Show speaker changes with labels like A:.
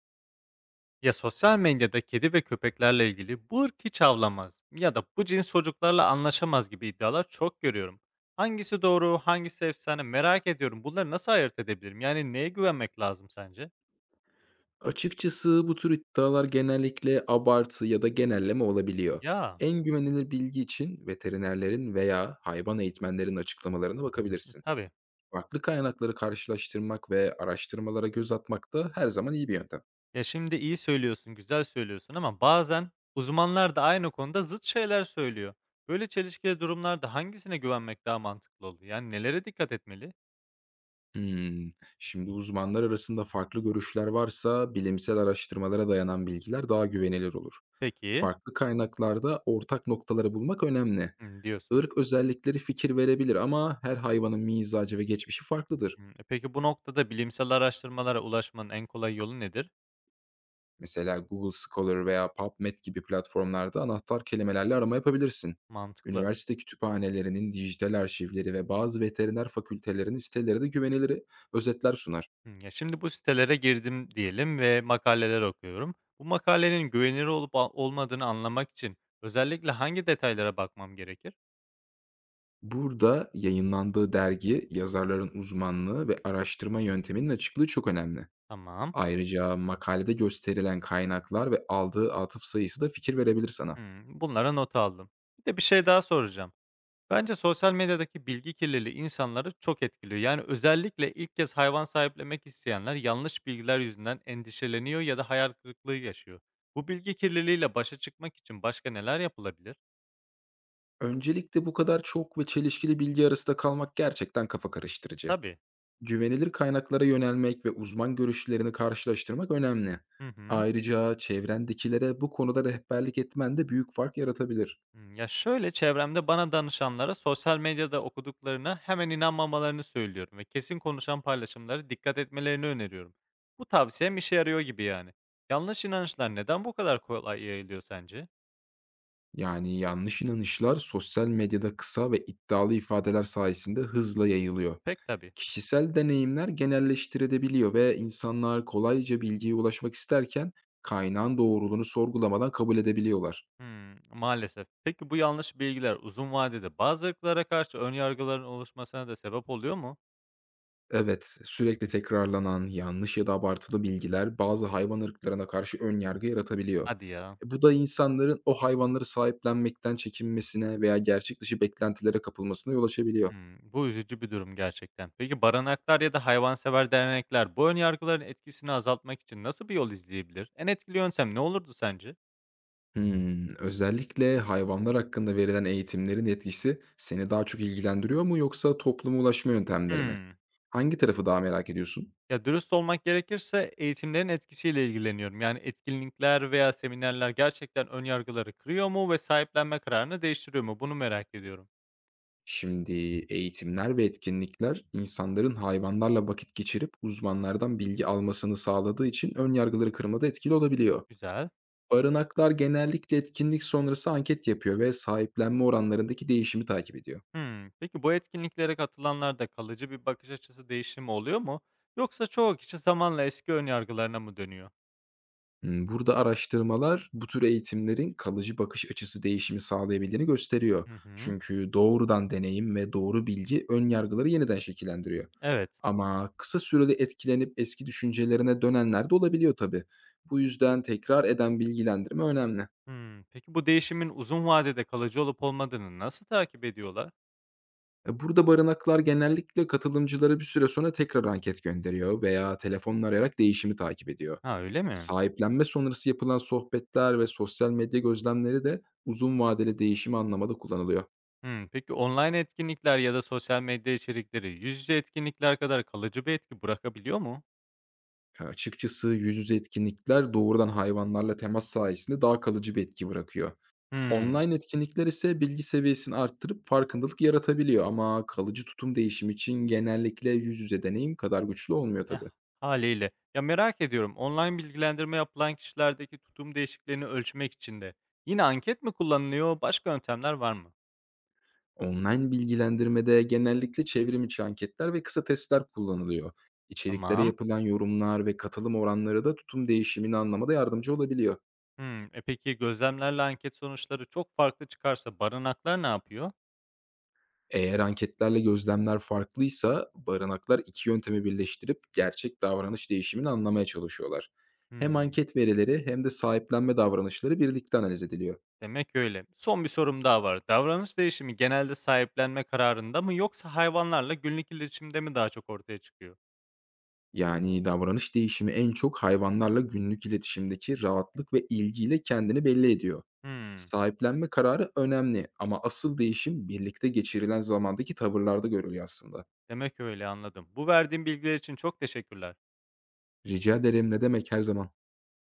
A: Ya sosyal medyada kedi ve köpeklerle ilgili bu ırk hiç avlamaz ya da bu cins çocuklarla anlaşamaz gibi iddialar çok görüyorum. Hangisi doğru, hangisi efsane merak ediyorum. Bunları nasıl ayırt edebilirim? Yani neye güvenmek lazım sence?
B: Açıkçası bu tür iddialar genellikle abartı ya da genelleme olabiliyor.
A: Ya,
B: En güvenilir bilgi için veterinerlerin veya hayvan eğitmenlerin açıklamalarına bakabilirsin.
A: tabii.
B: Farklı kaynakları karşılaştırmak ve araştırmalara göz atmak da her zaman iyi bir yöntem.
A: Ya şimdi iyi söylüyorsun, güzel söylüyorsun ama bazen uzmanlar da aynı konuda zıt şeyler söylüyor. Böyle çelişkili durumlarda hangisine güvenmek daha mantıklı oluyor? Yani nelere dikkat etmeli?
B: Hmm, Şimdi uzmanlar arasında farklı görüşler varsa bilimsel araştırmalara dayanan bilgiler daha güvenilir olur.
A: Peki,
B: Farklı kaynaklarda ortak noktaları bulmak önemli.
A: hmm, diyorsun.
B: Irk özellikleri fikir verebilir ama her hayvanın mizacı ve geçmişi farklıdır.
A: Hmm, peki bu noktada bilimsel araştırmalara ulaşmanın en kolay yolu nedir?
B: Mesela Google Scholar veya PubMed gibi platformlarda anahtar kelimelerle arama yapabilirsin.
A: Mantıklı.
B: Üniversite kütüphanelerinin dijital arşivleri ve bazı veteriner fakültelerinin siteleri de güvenilir özetler sunar.
A: Hımm. Ya, şimdi bu sitelere girdim diyelim ve makaleler okuyorum. Bu makalenin güvenilir olup olmadığını anlamak için özellikle hangi detaylara bakmam gerekir?
B: Burada yayınlandığı dergi, yazarların uzmanlığı ve araştırma yönteminin açıklığı çok önemli.
A: Tamam.
B: Ayrıca makalede gösterilen kaynaklar ve aldığı atıf sayısı da fikir verebilir sana.
A: Hımm, bunlara not aldım. Bir de bir şey daha soracağım. Bence sosyal medyadaki bilgi kirliliği insanları çok etkiliyor. Yani özellikle ilk kez hayvan sahiplemek isteyenler yanlış bilgiler yüzünden endişeleniyor ya da hayal kırıklığı yaşıyor. Bu bilgi kirliliğiyle başa çıkmak için başka neler yapılabilir?
B: Öncelikle bu kadar çok ve çelişkili bilgi arasında kalmak gerçekten kafa karıştırıcı.
A: Tabii.
B: Güvenilir kaynaklara yönelmek ve uzman görüşlerini karşılaştırmak önemli.
A: Hı hı.
B: Ayrıca çevrendekilere bu konuda rehberlik etmen de büyük fark yaratabilir.
A: Hımm. Ya, şöyle, çevremde bana danışanlara sosyal medyada okuduklarına hemen inanmamalarını söylüyorum ve kesin konuşan paylaşımlara dikkat etmelerini öneriyorum. Bu tavsiyem işe yarıyor gibi yani. Yanlış inançlar neden bu kadar kolay yayılıyor sence?
B: Yani yanlış inanışlar sosyal medyada kısa ve iddialı ifadeler sayesinde hızla yayılıyor.
A: Pek tabii.
B: Kişisel deneyimler genelleştirilebiliyor ve insanlar kolayca bilgiye ulaşmak isterken kaynağın doğruluğunu sorgulamadan kabul edebiliyorlar.
A: Hımm, maalesef. Peki bu yanlış bilgiler uzun vadede bazı ırklara karşı ön yargıların oluşmasına da sebep oluyor mu?
B: Evet, sürekli tekrarlanan, yanlış ya da abartılı bilgiler bazı hayvan ırklarına karşı ön yargı yaratabiliyor.
A: Hadi ya.
B: Bu da insanların o hayvanları sahiplenmekten çekinmesine veya gerçek dışı beklentilere kapılmasına yol açabiliyor.
A: Hımm, bu üzücü bir durum gerçekten. Peki barınaklar ya da hayvansever dernekler bu ön yargıların etkisini azaltmak için nasıl bir yol izleyebilir? En etkili yöntem ne olurdu sence?
B: Özellikle hayvanlar hakkında verilen eğitimlerin etkisi seni daha çok ilgilendiriyor mu, yoksa topluma ulaşma yöntemleri mi?
A: Hımm.
B: Hangi tarafı daha merak ediyorsun?
A: Ya, dürüst olmak gerekirse eğitimlerin etkisiyle ilgileniyorum. Yani etkinlikler veya seminerler gerçekten ön yargıları kırıyor mu ve sahiplenme kararını değiştiriyor mu? Bunu merak ediyorum.
B: Şimdi eğitimler ve etkinlikler insanların hayvanlarla vakit geçirip uzmanlardan bilgi almasını sağladığı için ön yargıları kırmada etkili olabiliyor.
A: Güzel.
B: Barınaklar genellikle etkinlik sonrası anket yapıyor ve sahiplenme oranlarındaki değişimi takip ediyor.
A: Hımm. Peki bu etkinliklere katılanlarda kalıcı bir bakış açısı değişimi oluyor mu? Yoksa çoğu kişi zamanla eski ön yargılarına mı dönüyor?
B: Burada araştırmalar bu tür eğitimlerin kalıcı bakış açısı değişimi sağlayabildiğini gösteriyor.
A: Hı hı.
B: Çünkü doğrudan deneyim ve doğru bilgi ön yargıları yeniden şekillendiriyor.
A: Evet.
B: Ama kısa sürede etkilenip eski düşüncelerine dönenler de olabiliyor tabii. Bu yüzden tekrar eden bilgilendirme önemli.
A: Hımm. Peki bu değişimin uzun vadede kalıcı olup olmadığını nasıl takip ediyorlar?
B: Burada barınaklar genellikle katılımcılara bir süre sonra tekrar anket gönderiyor veya telefonla arayarak değişimi takip ediyor.
A: Ha, öyle mi?
B: Sahiplenme sonrası yapılan sohbetler ve sosyal medya gözlemleri de uzun vadeli değişimi anlamada kullanılıyor.
A: Hımm. Peki online etkinlikler ya da sosyal medya içerikleri yüz yüze etkinlikler kadar kalıcı bir etki bırakabiliyor mu?
B: Açıkçası yüz yüze etkinlikler doğrudan hayvanlarla temas sayesinde daha kalıcı bir etki bırakıyor.
A: Hımm.
B: Online etkinlikler ise bilgi seviyesini arttırıp farkındalık yaratabiliyor ama kalıcı tutum değişimi için genellikle yüz yüze deneyim kadar güçlü olmuyor
A: Eh,
B: tabii.
A: hâliyle. Ya, merak ediyorum, online bilgilendirme yapılan kişilerdeki tutum değişikliğini ölçmek için de yine anket mi kullanılıyor, başka yöntemler var mı?
B: Online bilgilendirmede genellikle çevrimiçi anketler ve kısa testler kullanılıyor. İçeriklere
A: Tamam.
B: yapılan yorumlar ve katılım oranları da tutum değişimini anlamada yardımcı olabiliyor.
A: Hımm. Peki gözlemlerle anket sonuçları çok farklı çıkarsa barınaklar ne yapıyor?
B: Eğer anketlerle gözlemler farklıysa barınaklar iki yöntemi birleştirip gerçek davranış değişimini anlamaya çalışıyorlar. Hem
A: Hımm.
B: anket verileri hem de sahiplenme davranışları birlikte analiz ediliyor.
A: Demek öyle. Son bir sorum daha var. Davranış değişimi genelde sahiplenme kararında mı yoksa hayvanlarla günlük iletişimde mi daha çok ortaya çıkıyor?
B: Yani davranış değişimi en çok hayvanlarla günlük iletişimdeki rahatlık ve ilgiyle kendini belli ediyor.
A: Hmm,
B: Sahiplenme kararı önemli ama asıl değişim birlikte geçirilen zamandaki tavırlarda görülüyor aslında.
A: demek öyle anladım. Bu verdiğin bilgiler için çok teşekkürler.
B: Rica ederim, ne demek, her zaman.